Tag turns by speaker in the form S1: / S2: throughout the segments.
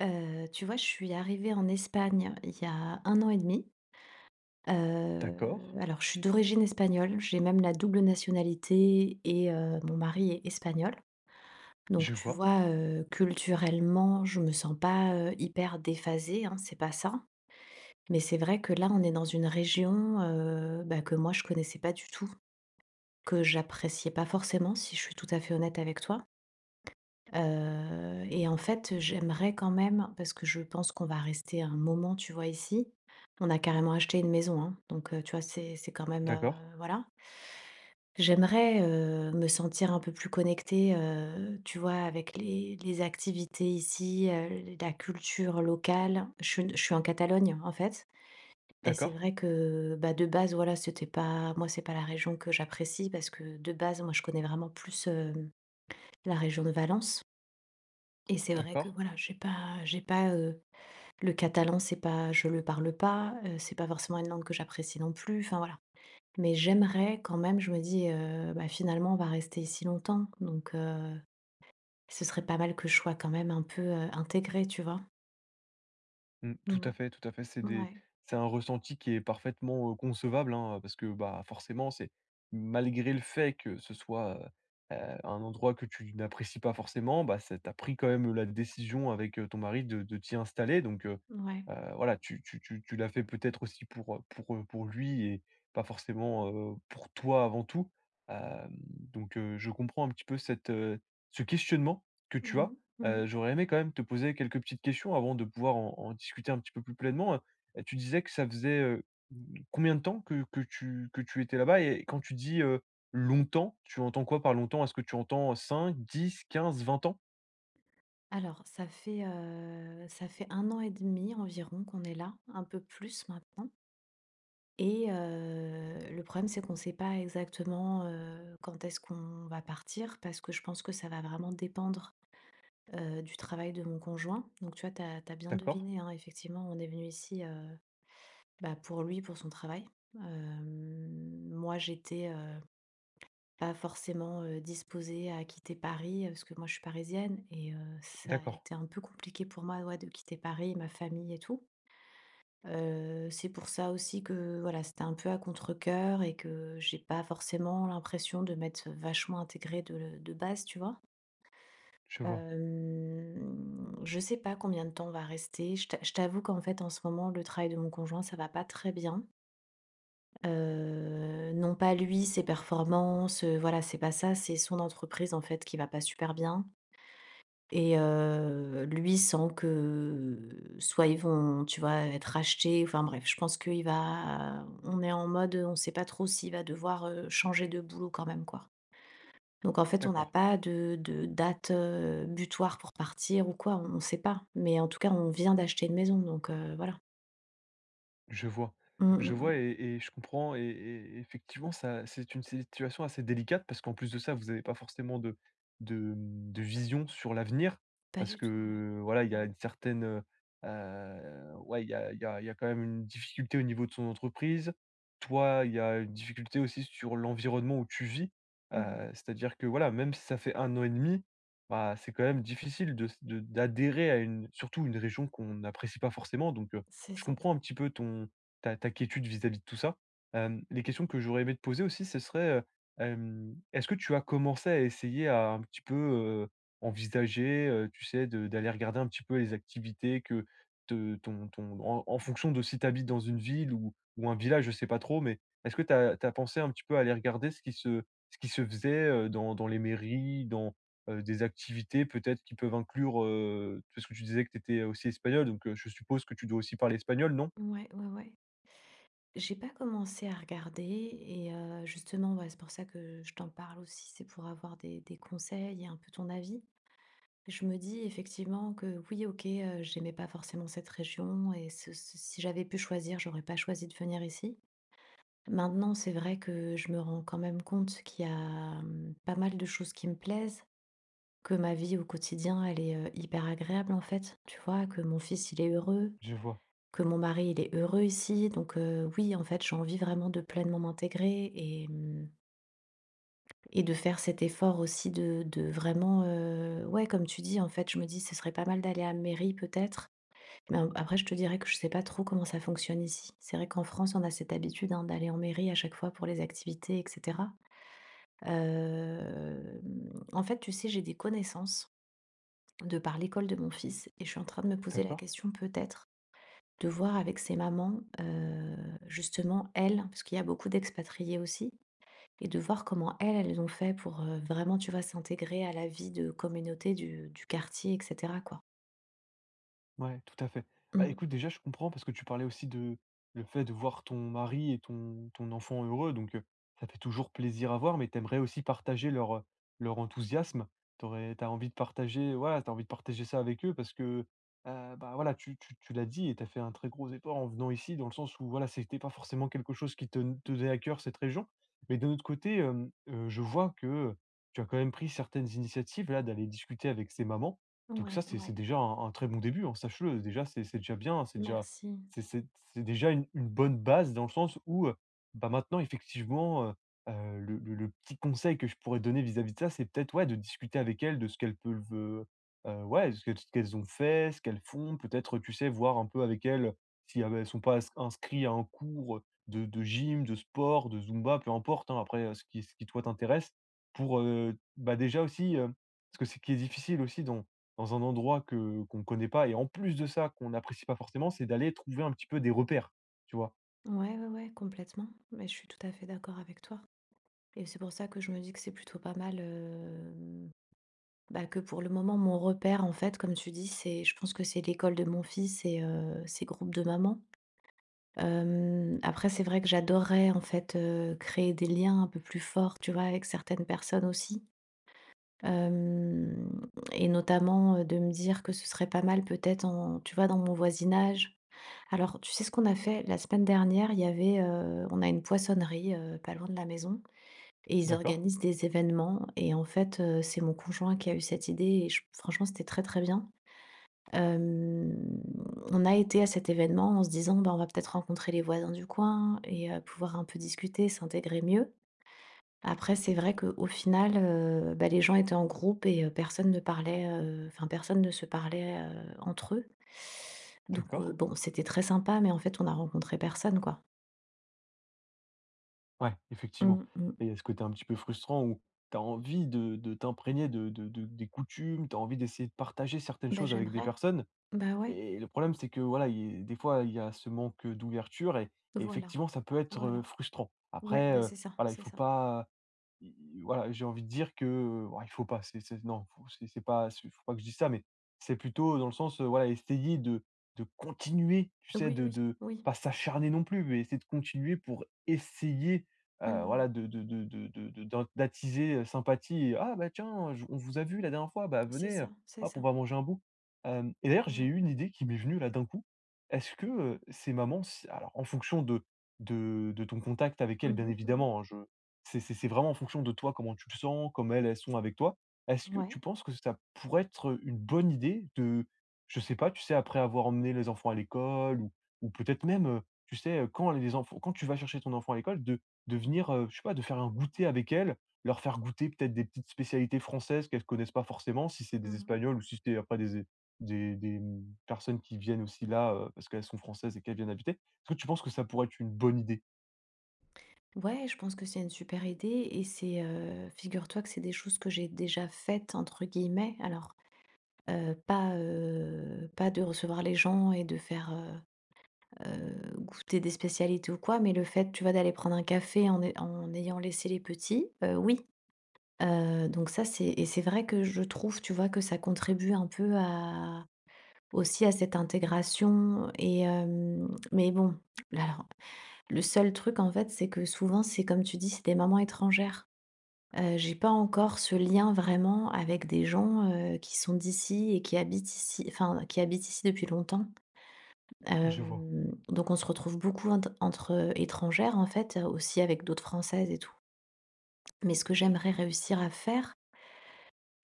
S1: Tu vois, je suis arrivée en Espagne il y a un an et demi. Heu,
S2: D'accord,
S1: alors je suis d'origine espagnole, j'ai même la double nationalité et mon mari est espagnol. Donc
S2: je
S1: tu
S2: vois.
S1: vois, culturellement, je me sens pas, hyper déphasée, hein, c'est pas ça. Mais c'est vrai que là, on est dans une région, bah, que moi je connaissais pas du tout, que j'appréciais pas forcément, si je suis tout à fait honnête avec toi. Et en fait, j'aimerais quand même parce que je pense qu'on va rester un moment, tu vois, ici. On a carrément acheté une maison, hein, donc tu vois, c'est quand même,
S2: D'accord,
S1: voilà. J'aimerais, me sentir un peu plus connectée, tu vois, avec les activités ici, la culture locale. Je suis en Catalogne, en fait, et c'est
S2: d'accord,
S1: vrai que, bah, de base, voilà, c'était pas moi, c'est pas la région que j'apprécie parce que, de base, moi, je connais vraiment plus, la région de Valence. Et c'est vrai que
S2: d'accord.
S1: voilà, j'ai pas, le catalan, c'est pas je le parle pas, c'est pas forcément une langue que j'apprécie non plus, enfin voilà. Mais j'aimerais quand même, je me dis, bah, finalement, on va rester ici longtemps, donc ce serait pas mal que je sois quand même un peu, intégrée, tu vois?
S2: Mmh, tout
S1: Mmh.
S2: à fait, tout à fait. C'est des
S1: Ouais,
S2: c'est un ressenti qui est parfaitement, concevable, hein, parce que, bah, forcément, c'est malgré le fait que ce soit, heu un endroit que tu n'apprécies pas forcément, bah, c'est tu as pris quand même la décision avec, ton mari de t'y installer donc heu
S1: ouais.
S2: heu, voilà, tu l'as fait peut-être aussi pour lui et pas forcément, pour toi avant tout. Hem, donc je comprends un petit peu cette, ce questionnement que
S1: Mmh
S2: tu as.
S1: mh. Mmh.
S2: J'aurais aimé quand même te poser quelques petites questions avant de pouvoir en discuter un petit peu plus pleinement, Tu disais que ça faisait, combien de temps que tu étais là-bas? Et quand tu dis, longtemps, tu entends quoi par longtemps? Est-ce que tu entends cinq, dix, quinze, vingt ans?
S1: Alors ça fait un an et demi environ qu'on est là, un peu plus maintenant. Et le problème, c'est qu'on ne sait pas exactement, quand est-ce qu'on va partir parce que je pense que ça va vraiment dépendre, du travail de mon conjoint. Donc tu vois, tu as bien
S2: D'accord,
S1: deviné, hein, effectivement, on est venu ici, bah, pour lui, pour son travail. Moi, j'étais pas forcément, disposée à quitter Paris, parce que moi, je suis parisienne et ça a
S2: d'accord,
S1: été un peu compliqué pour moi, ouais, de quitter Paris, ma famille et tout. C'est pour ça aussi que, voilà, c'était un peu à contre-cœur et que j'ai pas forcément l'impression de m'être vachement intégrée de base, tu vois?
S2: je vois,
S1: Je sais pas combien de temps on va rester. Je t'avoue qu'en fait, en ce moment, le travail de mon conjoint, ça va pas très bien. Non pas lui, ses performances, voilà, c'est pas ça, c'est son entreprise, en fait, qui va pas super bien. Et lui sent que soit ils vont, tu vois, être rachetés, enfin bref, je pense qu'il va on est en mode, on sait pas trop s'il va devoir, changer de boulot quand même, quoi. Donc en fait, on n'a
S2: d'accord.
S1: pas de date, butoir pour partir ou quoi, on ne sait pas. Mais en tout cas, on vient d'acheter une maison, donc voilà.
S2: Je vois.
S1: Mmh,
S2: Je
S1: mmh mh.
S2: vois et je comprends et effectivement, ça c'est une situation assez délicate parce qu'en plus de ça, vous avez pas forcément de vision sur l'avenir
S1: Pas
S2: parce
S1: du tout, ouais.
S2: que, voilà, il y a
S1: Mmh.
S2: une certaine, ouais, il y a il y a il y a quand même une difficulté au niveau de son entreprise. Toi, il y a une difficulté aussi sur l'environnement où tu vis.
S1: Mmh mmh.
S2: C'est-à-dire que, voilà, même si ça fait un an et demi, bah, c'est quand même difficile de d'adhérer à une surtout une région qu'on n'apprécie pas forcément donc
S1: C'est
S2: je
S1: ça.
S2: comprends un petit peu ton ta ta quiétude vis-à-vis de tout ça. Les questions que j'aurais aimé te poser aussi, ce serait, est-ce que tu as commencé à essayer à un petit peu, envisager, tu sais, de d'aller regarder un petit peu les activités que te ton ton en en fonction de si tu habites dans une ville ou un village, je sais pas trop, mais est-ce que tu as pensé un petit peu à aller regarder ce qui se faisait, dans dans les mairies, dans des activités peut-être qui peuvent inclure, parce que tu disais que tu étais aussi espagnol donc je suppose que tu dois aussi parler espagnol, non?
S1: Ouais, ouais, ouais. J'ai pas commencé à regarder et justement, ouais, c'est pour ça que je t'en parle aussi, c'est pour avoir des conseils et un peu ton avis. Je me dis effectivement que oui, OK, j'aimais pas forcément cette région et ce ce si j'avais pu choisir, j'aurais pas choisi de venir ici. Maintenant, c'est vrai que je me rends quand même compte qu'il y a, mmh, pas mal de choses qui me plaisent, que ma vie au quotidien, elle est, hyper agréable en fait, tu vois? Que mon fils, il est heureux,
S2: Je vois,
S1: que mon mari, il est heureux ici, donc oui, en fait, j'ai envie vraiment de pleinement m'intégrer et mmh et de faire cet effort aussi de vraiment, ouais, comme tu dis, en fait, je me dis: «Ce serait pas mal d'aller à la mairie peut-être?» mais a après je te dirais que je sais pas trop comment ça fonctionne ici. C'est vrai qu'en France, on a cette habitude, hein, d'aller en mairie à chaque fois pour les activités et cetera. Hem, En fait, tu sais, j'ai des connaissances de par l'école de mon fils et je suis en train de me poser la
S2: d'accord.
S1: question peut-être de voir avec ces mamans, justement elles, parce qu'il y a beaucoup d'expatriés aussi et de voir comment elles, elles ont fait pour, vraiment, tu vois, s'intégrer à la vie de communauté du quartier et cetera, quoi.
S2: Ouais, tout à fait. Bah,
S1: Mmh.
S2: écoute, déjà, je comprends parce que tu parlais aussi de le fait de voir ton mari et ton, ton enfant heureux, donc ça fait toujours plaisir à voir, mais tu aimerais aussi partager leur, leur enthousiasme. Tu as envie de partager, voilà, t'as envie de partager ça avec eux parce que bah, voilà, tu l'as dit et tu as fait un très gros effort en venant ici, dans le sens où voilà, c'était pas forcément quelque chose qui te tenait à cœur cette région. Mais d'un autre côté, je vois que tu as quand même pris certaines initiatives là d'aller discuter avec ces mamans donc
S1: Ouais,
S2: ça, c'est
S1: ouais,
S2: déjà un très bon début, hein, sache-le. Déjà, c'est déjà bien, c'est déjà
S1: merci.
S2: c'est c'est c'est déjà une bonne base dans le sens où, bah, maintenant effectivement, le petit conseil que je pourrais donner vis-à-vis de ça, c'est peut-être, ouais, de discuter avec elles de ce qu'elles peuvent, ouais, ce qu'elles ont fait, ce qu'elles font. Peut-être, tu sais, voir un peu avec elles si, ah, bah, elles sont pas inscrits à un cours, de gym, de sport, de Zumba, peu importe, hein, après, ce qui toi t'intéresse pour, bah, déjà aussi, parce que ce qui est difficile aussi dans dans un endroit que qu'on ne connaît pas et en plus de ça, qu'on n'apprécie pas forcément, c'est d'aller trouver un petit peu des repères, tu vois?
S1: Ouais, ouais, ouais, complètement. Mais je suis tout à fait d'accord avec toi et c'est pour ça que je me dis que c'est plutôt pas mal, bah, que pour le moment, mon repère, en fait, comme tu dis, c'est je pense que c'est l'école de mon fils et ses groupes de mamans. Après, c'est vrai que j'adorerais, en fait, créer des liens un peu plus forts, tu vois, avec certaines personnes aussi. Hem Et notamment, de me dire que ce serait pas mal peut-être en tu vois, dans mon voisinage. Alors, tu sais ce qu'on a fait? La semaine dernière, il y avait, on a une poissonnerie, pas loin de la maison et ils
S2: D'accord,
S1: organisent des événements et en fait, c'est mon conjoint qui a eu cette idée et je franchement, c'était très, très bien. Hem, on a été à cet événement en se disant: «Bah, on va peut-être rencontrer les voisins du coin et pouvoir un peu discuter, s'intégrer mieux». Après, c'est vrai qu'au final, bah, les gens étaient en groupe et personne ne parlait, enfin, personne ne se parlait, entre eux. Donc
S2: d'accord.
S1: bon, c'était très sympa, mais en fait, on a rencontré personne, quoi.
S2: Ouais, effectivement
S1: Mmh mh.
S2: et il y a ce côté un petit peu frustrant où tu as envie de t'imprégner de des coutumes, tu as envie d'essayer de partager certaines
S1: Bah,
S2: choses avec des
S1: j'aimerais.
S2: personnes
S1: Bah, ouais,
S2: et le problème, c'est que, voilà, il des fois, il y a ce manque, d'ouverture et
S1: voilà,
S2: effectivement, ça peut être,
S1: voilà.
S2: frustrant.
S1: Ouais,
S2: Après,
S1: bah, c'est ça,
S2: voilà, il
S1: c'est
S2: faut
S1: ça.
S2: pas I i voilà, j'ai envie de dire que, ouais, il faut pas, c'est non, faut c'est pas c'est faut pas que je dise ça, mais c'est plutôt dans le sens, voilà, essayer de continuer, tu sais,
S1: Oui, oui,
S2: de
S1: oui.
S2: pas s'acharner non plus, mais essayer de continuer pour essayer,
S1: Mmh.
S2: voilà, de d'en d'attiser, sympathie et: «Ah bah tiens, je on vous a vu la dernière fois, bah
S1: C'est
S2: venez,
S1: ça, c'est
S2: hop,
S1: ça.
S2: on va manger un bout». Hem Et d'ailleurs, j'ai
S1: Ouais.
S2: eu une idée qui m'est venue là d'un coup. Est-ce que, ces mamans, si alors en fonction de ton contact avec
S1: Mmh
S2: elles, bien
S1: mh, mmh.
S2: évidemment, hein, je c'est vraiment en fonction de toi, comment tu te sens, comme elles, elles sont avec toi. Est-ce que
S1: Ouais.
S2: tu penses que ça pourrait être une bonne idée de je sais pas, tu sais, après avoir emmené les enfants à l'école ou peut-être même, tu sais, quand les enfants quand tu vas chercher ton enfant à l'école, de venir, je sais pas, de faire un goûter avec elles, leur faire goûter peut-être des petites spécialités françaises qu'elles connaissent pas forcément, si c'est des
S1: Mmh.
S2: Espagnols ou si c'est après des, mmh, personnes qui viennent aussi là, parce qu'elles sont françaises et qu'elles viennent habiter. Est-ce que tu penses que ça pourrait être une bonne idée?
S1: Ouais, je pense que c'est une super idée et c'est, figure-toi que c'est des choses que j'ai déjà faites entre guillemets. Alors, heu, pas, pas de recevoir les gens et de faire, goûter des spécialités ou quoi, mais le fait, tu vois, d'aller prendre un café en ayant laissé les petits, oui. Donc ça, c'est et c'est vrai que je trouve, tu vois, que ça contribue un peu à aussi à cette intégration et mais bon, alors le seul truc, en fait, c'est que souvent, c'est comme tu dis, c'est des mamans étrangères. J'ai pas encore ce lien vraiment avec des gens, qui sont d'ici et qui habitent ici, enfin, qui habitent ici depuis longtemps.
S2: Je vois.
S1: Donc on se retrouve beaucoup entre, étrangères, en fait, aussi avec d'autres françaises et tout. Mais ce que j'aimerais réussir à faire,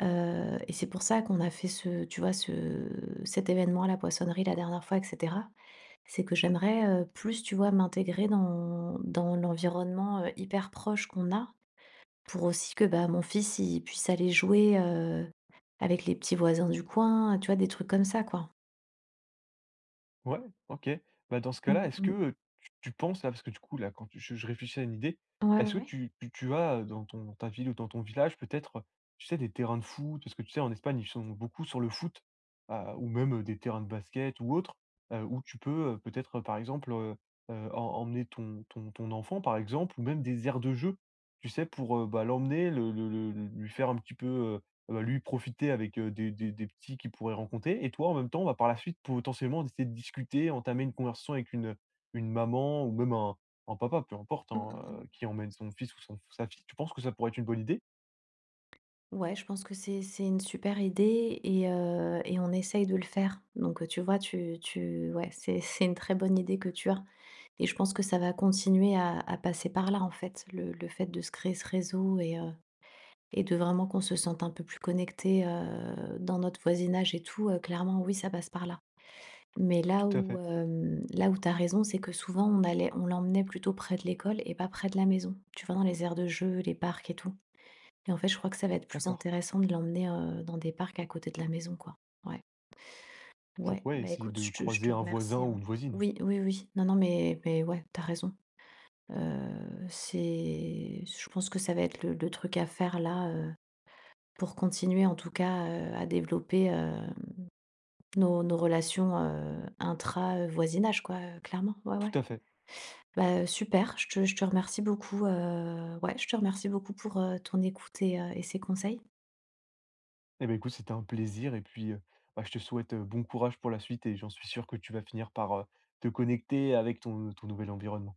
S1: Et c'est pour ça qu'on a fait ce tu vois, ce cet événement à la poissonnerie la dernière fois et cetera. C'est que j'aimerais, plus, tu vois, m'intégrer dans l'environnement, hyper proche qu'on a pour aussi que, bah, mon fils, il puisse aller jouer, avec les petits voisins du coin, tu vois, des trucs comme ça, quoi.
S2: Ouais, OK. Bah, dans ce cas-là,
S1: Mmh
S2: est-ce que,
S1: mh.
S2: tu penses là, parce que du coup là, quand tu je réfléchis à une idée,
S1: Ouais, ouais,
S2: est-ce que
S1: ouais.
S2: tu as, dans ton dans ta ville ou dans ton village peut-être, tu sais, des terrains de foot? Parce que tu sais, en Espagne, ils sont beaucoup sur le foot, ou même, des terrains de basket ou autre, où tu peux, peut-être, par exemple, emmener ton enfant, par exemple, ou même des aires de jeu, tu sais, pour, bah, l'emmener, lui faire un petit peu, lui profiter avec, des petits qu'il pourrait rencontrer et toi en même temps, bah, par la suite potentiellement essayer de discuter, entamer une conversation avec une maman ou même un papa, peu importe,
S1: Mmh mh,
S2: hein,
S1: mmh.
S2: qui emmène son fils ou son sa fille. Tu penses que ça pourrait être une bonne idée?
S1: Ouais, je pense que c'est une super idée et et on essaye de le faire. Donc, tu vois, tu tu ouais, c'est c'est une très bonne idée que tu as. Et je pense que ça va continuer à passer par là, en fait, le fait de se créer ce réseau et de vraiment qu'on se sente un peu plus connecté, dans notre voisinage et tout, clairement, oui, ça passe par là. Mais là
S2: Tout à
S1: où,
S2: fait,
S1: là où tu as raison, c'est que souvent on l'emmenait plutôt près de l'école et pas près de la maison. Tu vois, dans les aires de jeux, les parcs et tout. Et en fait, je crois que ça va être plus
S2: d'accord.
S1: intéressant de l'emmener, dans des parcs à côté de la maison, quoi. Ouais, ouais,
S2: Pourquoi
S1: bah,
S2: essayer
S1: écoute,
S2: de
S1: je te
S2: croiser un voisin
S1: remercie,
S2: ou
S1: hein.
S2: une voisine.
S1: Oui, oui, oui. Non, non, mais ouais, t'as raison. C'est je pense que ça va être le truc à faire là, pour continuer en tout cas, à développer, nos relations, intra, voisinage quoi, clairement. Ouais, ouais.
S2: Tout à fait.
S1: Bah, super, je te remercie beaucoup, ouais, je te remercie beaucoup pour, ton écoute et ces conseils.
S2: Eh beh, écoute, c'était un plaisir et puis, bah, je te souhaite, bon courage pour la suite et j'en suis sûr que tu vas finir par, te connecter avec ton nouvel environnement.